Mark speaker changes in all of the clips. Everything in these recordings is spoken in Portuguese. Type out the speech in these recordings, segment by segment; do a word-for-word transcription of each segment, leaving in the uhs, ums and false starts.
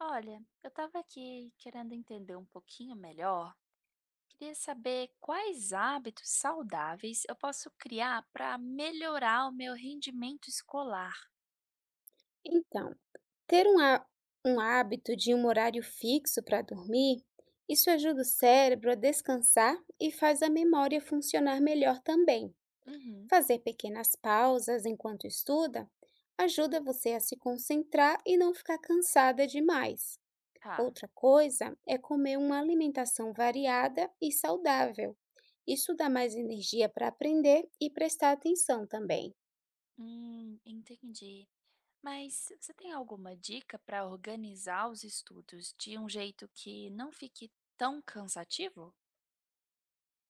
Speaker 1: Olha, eu estava aqui querendo entender um pouquinho melhor. Queria saber quais hábitos saudáveis eu posso criar para melhorar o meu rendimento escolar.
Speaker 2: Então, ter um, há- um hábito de um horário fixo para dormir, isso ajuda o cérebro a descansar e faz a memória funcionar melhor também.
Speaker 1: Uhum,
Speaker 2: Fazer pequenas pausas enquanto estuda ajuda você a se concentrar e não ficar cansada demais.
Speaker 1: tá.
Speaker 2: Outra coisa é comer uma alimentação variada e saudável. Isso dá mais energia para aprender e prestar atenção também.
Speaker 1: Hum, entendi. Mas você tem alguma dica para organizar os estudos de um jeito que não fique tão cansativo?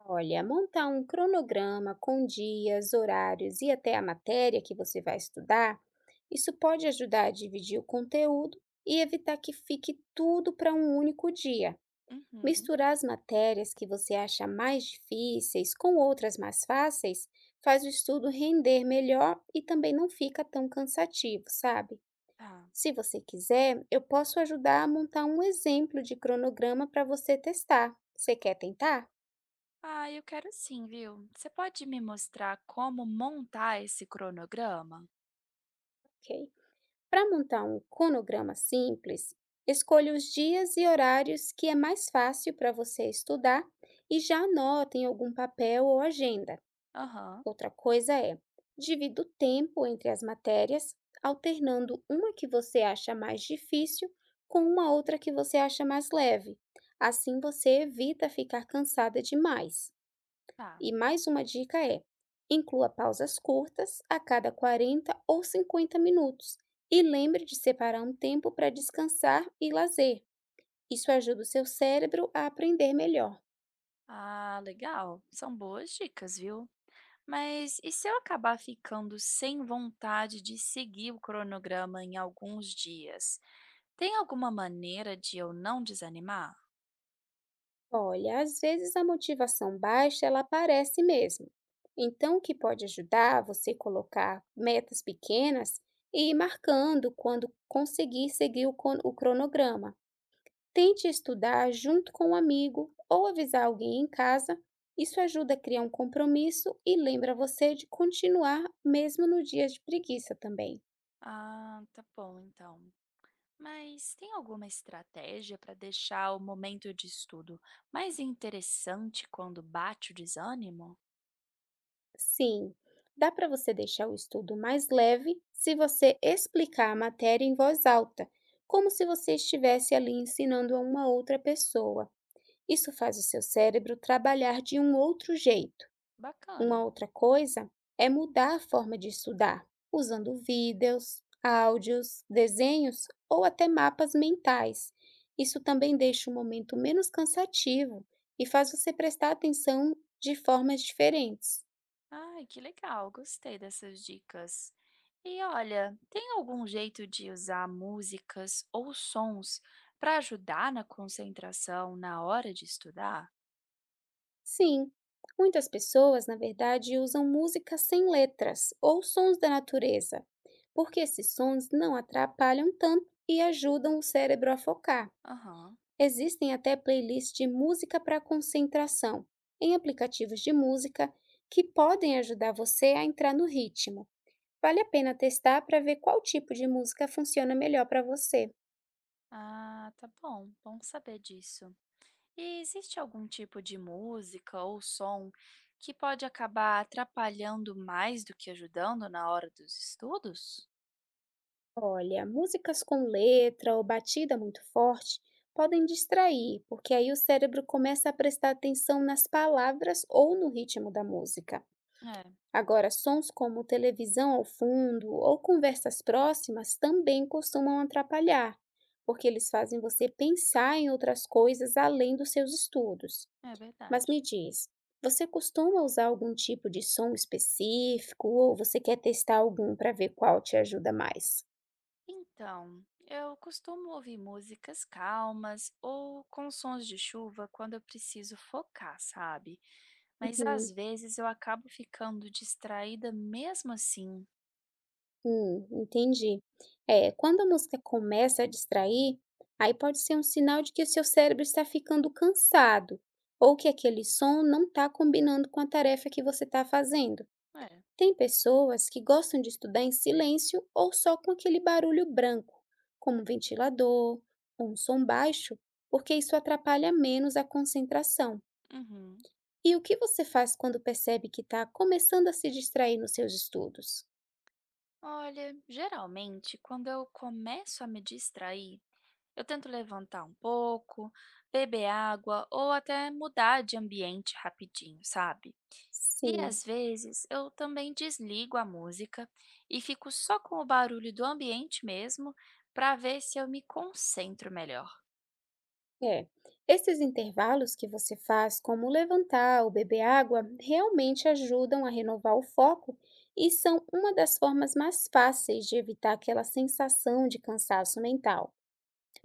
Speaker 2: Olha, montar um cronograma com dias, horários e até a matéria que você vai estudar, isso pode ajudar a dividir o conteúdo e evitar que fique tudo para um único dia.
Speaker 1: Uhum,
Speaker 2: Misturar as matérias que você acha mais difíceis com outras mais fáceis faz o estudo render melhor e também não fica tão cansativo, sabe?
Speaker 1: tá.
Speaker 2: Se você quiser, eu posso ajudar a montar um exemplo de cronograma para você testar. Você quer tentar?
Speaker 1: Ah, eu quero sim, viu? Você pode me mostrar como montar esse cronograma?
Speaker 2: Ok. Para montar um cronograma simples, escolha os dias e horários que é mais fácil para você estudar e já anota em algum papel ou agenda.
Speaker 1: Aham,
Speaker 2: Outra coisa é, divida o tempo entre as matérias, alternando uma que você acha mais difícil com uma outra que você acha mais leve. Assim você evita ficar cansada demais.
Speaker 1: tá.
Speaker 2: E mais uma dica é: inclua pausas curtas a cada quarenta ou cinquenta minutos e lembre de separar um tempo para descansar e lazer. Isso ajuda o seu cérebro a aprender melhor.
Speaker 1: Ah, legal. São boas dicas, viu? Mas e se eu acabar ficando sem vontade de seguir o cronograma em alguns dias? Tem alguma maneira de eu não desanimar?
Speaker 2: Olha, às vezes a motivação baixa ela aparece mesmo. Então, o que pode ajudar você colocar metas pequenas e ir marcando quando conseguir seguir o con- o cronograma. Tente estudar junto com um amigo ou avisar alguém em casa. Isso ajuda a criar um compromisso e lembra você de continuar mesmo no dia de preguiça também.
Speaker 1: Ah, tá bom então. Mas tem alguma estratégia para deixar o momento de estudo mais interessante quando bate o desânimo?
Speaker 2: Sim, dá para você deixar o estudo mais leve se você explicar a matéria em voz alta, como se você estivesse ali ensinando a uma outra pessoa. Isso faz o seu cérebro trabalhar de um outro jeito.
Speaker 1: Bacana.
Speaker 2: Uma outra coisa é mudar a forma de estudar, usando vídeos, áudios, desenhos ou até mapas mentais. Isso também deixa o momento menos cansativo e faz você prestar atenção de formas diferentes.
Speaker 1: Ai, que legal, gostei dessas dicas. E olha, tem algum jeito de usar músicas ou sons para ajudar na concentração na hora de estudar?
Speaker 2: Sim, muitas pessoas, na verdade, usam música sem letras ou sons da natureza, porque esses sons não atrapalham tanto e ajudam o cérebro a focar.
Speaker 1: Aham.
Speaker 2: Existem até playlists de música para concentração, em aplicativos de música, que podem ajudar você a entrar no ritmo. Vale a pena testar para ver qual tipo de música funciona melhor para você.
Speaker 1: Ah, tá bom, bom saber disso. E existe algum tipo de música ou som que pode acabar atrapalhando mais do que ajudando na hora dos estudos?
Speaker 2: Olha, músicas com letra ou batida muito forte podem distrair, porque aí o cérebro começa a prestar atenção nas palavras ou no ritmo da música.
Speaker 1: É,
Speaker 2: Agora, sons como televisão ao fundo ou conversas próximas também costumam atrapalhar, porque eles fazem você pensar em outras coisas além dos seus estudos.
Speaker 1: é
Speaker 2: Mas me
Speaker 1: verdade.
Speaker 2: diz, você costuma usar algum tipo de som específico ou você quer testar algum para ver qual te ajuda mais?
Speaker 1: Então, eu costumo ouvir músicas calmas ou com sons de chuva quando eu preciso focar, sabe? Mas às
Speaker 2: Uhum.
Speaker 1: vezes eu acabo ficando distraída mesmo assim.
Speaker 2: Hum, entendi. É, quando a música começa a distrair, aí pode ser um sinal de que o seu cérebro está ficando cansado ou que aquele som não está combinando com a tarefa que você está fazendo.
Speaker 1: É.
Speaker 2: Tem pessoas que gostam de estudar em silêncio ou só com aquele barulho branco, como um ventilador ou um som baixo, porque isso atrapalha menos a concentração.
Speaker 1: Uhum.
Speaker 2: E o que você faz quando percebe que está começando a se distrair nos seus estudos?
Speaker 1: Olha, geralmente quando eu começo a me distrair, eu tento levantar um pouco, beber água ou até mudar de ambiente rapidinho, sabe? E
Speaker 2: Sim.
Speaker 1: às vezes eu também desligo a música e fico só com o barulho do ambiente mesmo para ver se eu me concentro melhor.
Speaker 2: É, esses intervalos que você faz, como levantar ou beber água, realmente ajudam a renovar o foco e são uma das formas mais fáceis de evitar aquela sensação de cansaço mental.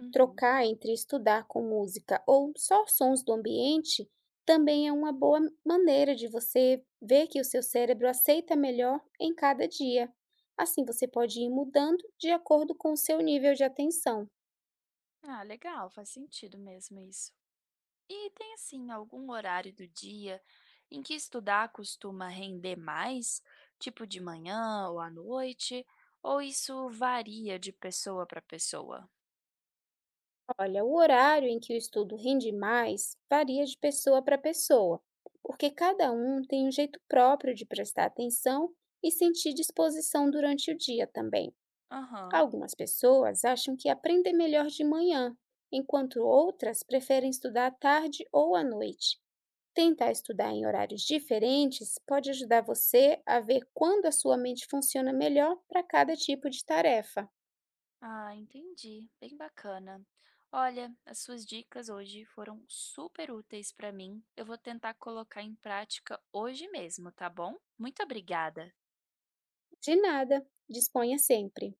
Speaker 1: Uhum.
Speaker 2: Trocar entre estudar com música ou só sons do ambiente também é uma boa maneira de você ver que o seu cérebro aceita melhor em cada dia. Assim, você pode ir mudando de acordo com o seu nível de atenção.
Speaker 1: Ah, legal, faz sentido mesmo isso. E tem assim algum horário do dia em que estudar costuma render mais, tipo de manhã ou à noite, ou isso varia de pessoa para pessoa?
Speaker 2: Olha, o horário em que o estudo rende mais varia de pessoa para pessoa, porque cada um tem um jeito próprio de prestar atenção e sentir disposição durante o dia também.
Speaker 1: Aham.
Speaker 2: Algumas pessoas acham que aprendem melhor de manhã, enquanto outras preferem estudar à tarde ou à noite. Tentar estudar em horários diferentes pode ajudar você a ver quando a sua mente funciona melhor para cada tipo de tarefa.
Speaker 1: Ah, entendi. Bem bacana. Olha, as suas dicas hoje foram super úteis para mim. Eu vou tentar colocar em prática hoje mesmo, tá bom? Muito obrigada.
Speaker 2: De nada, disponha sempre.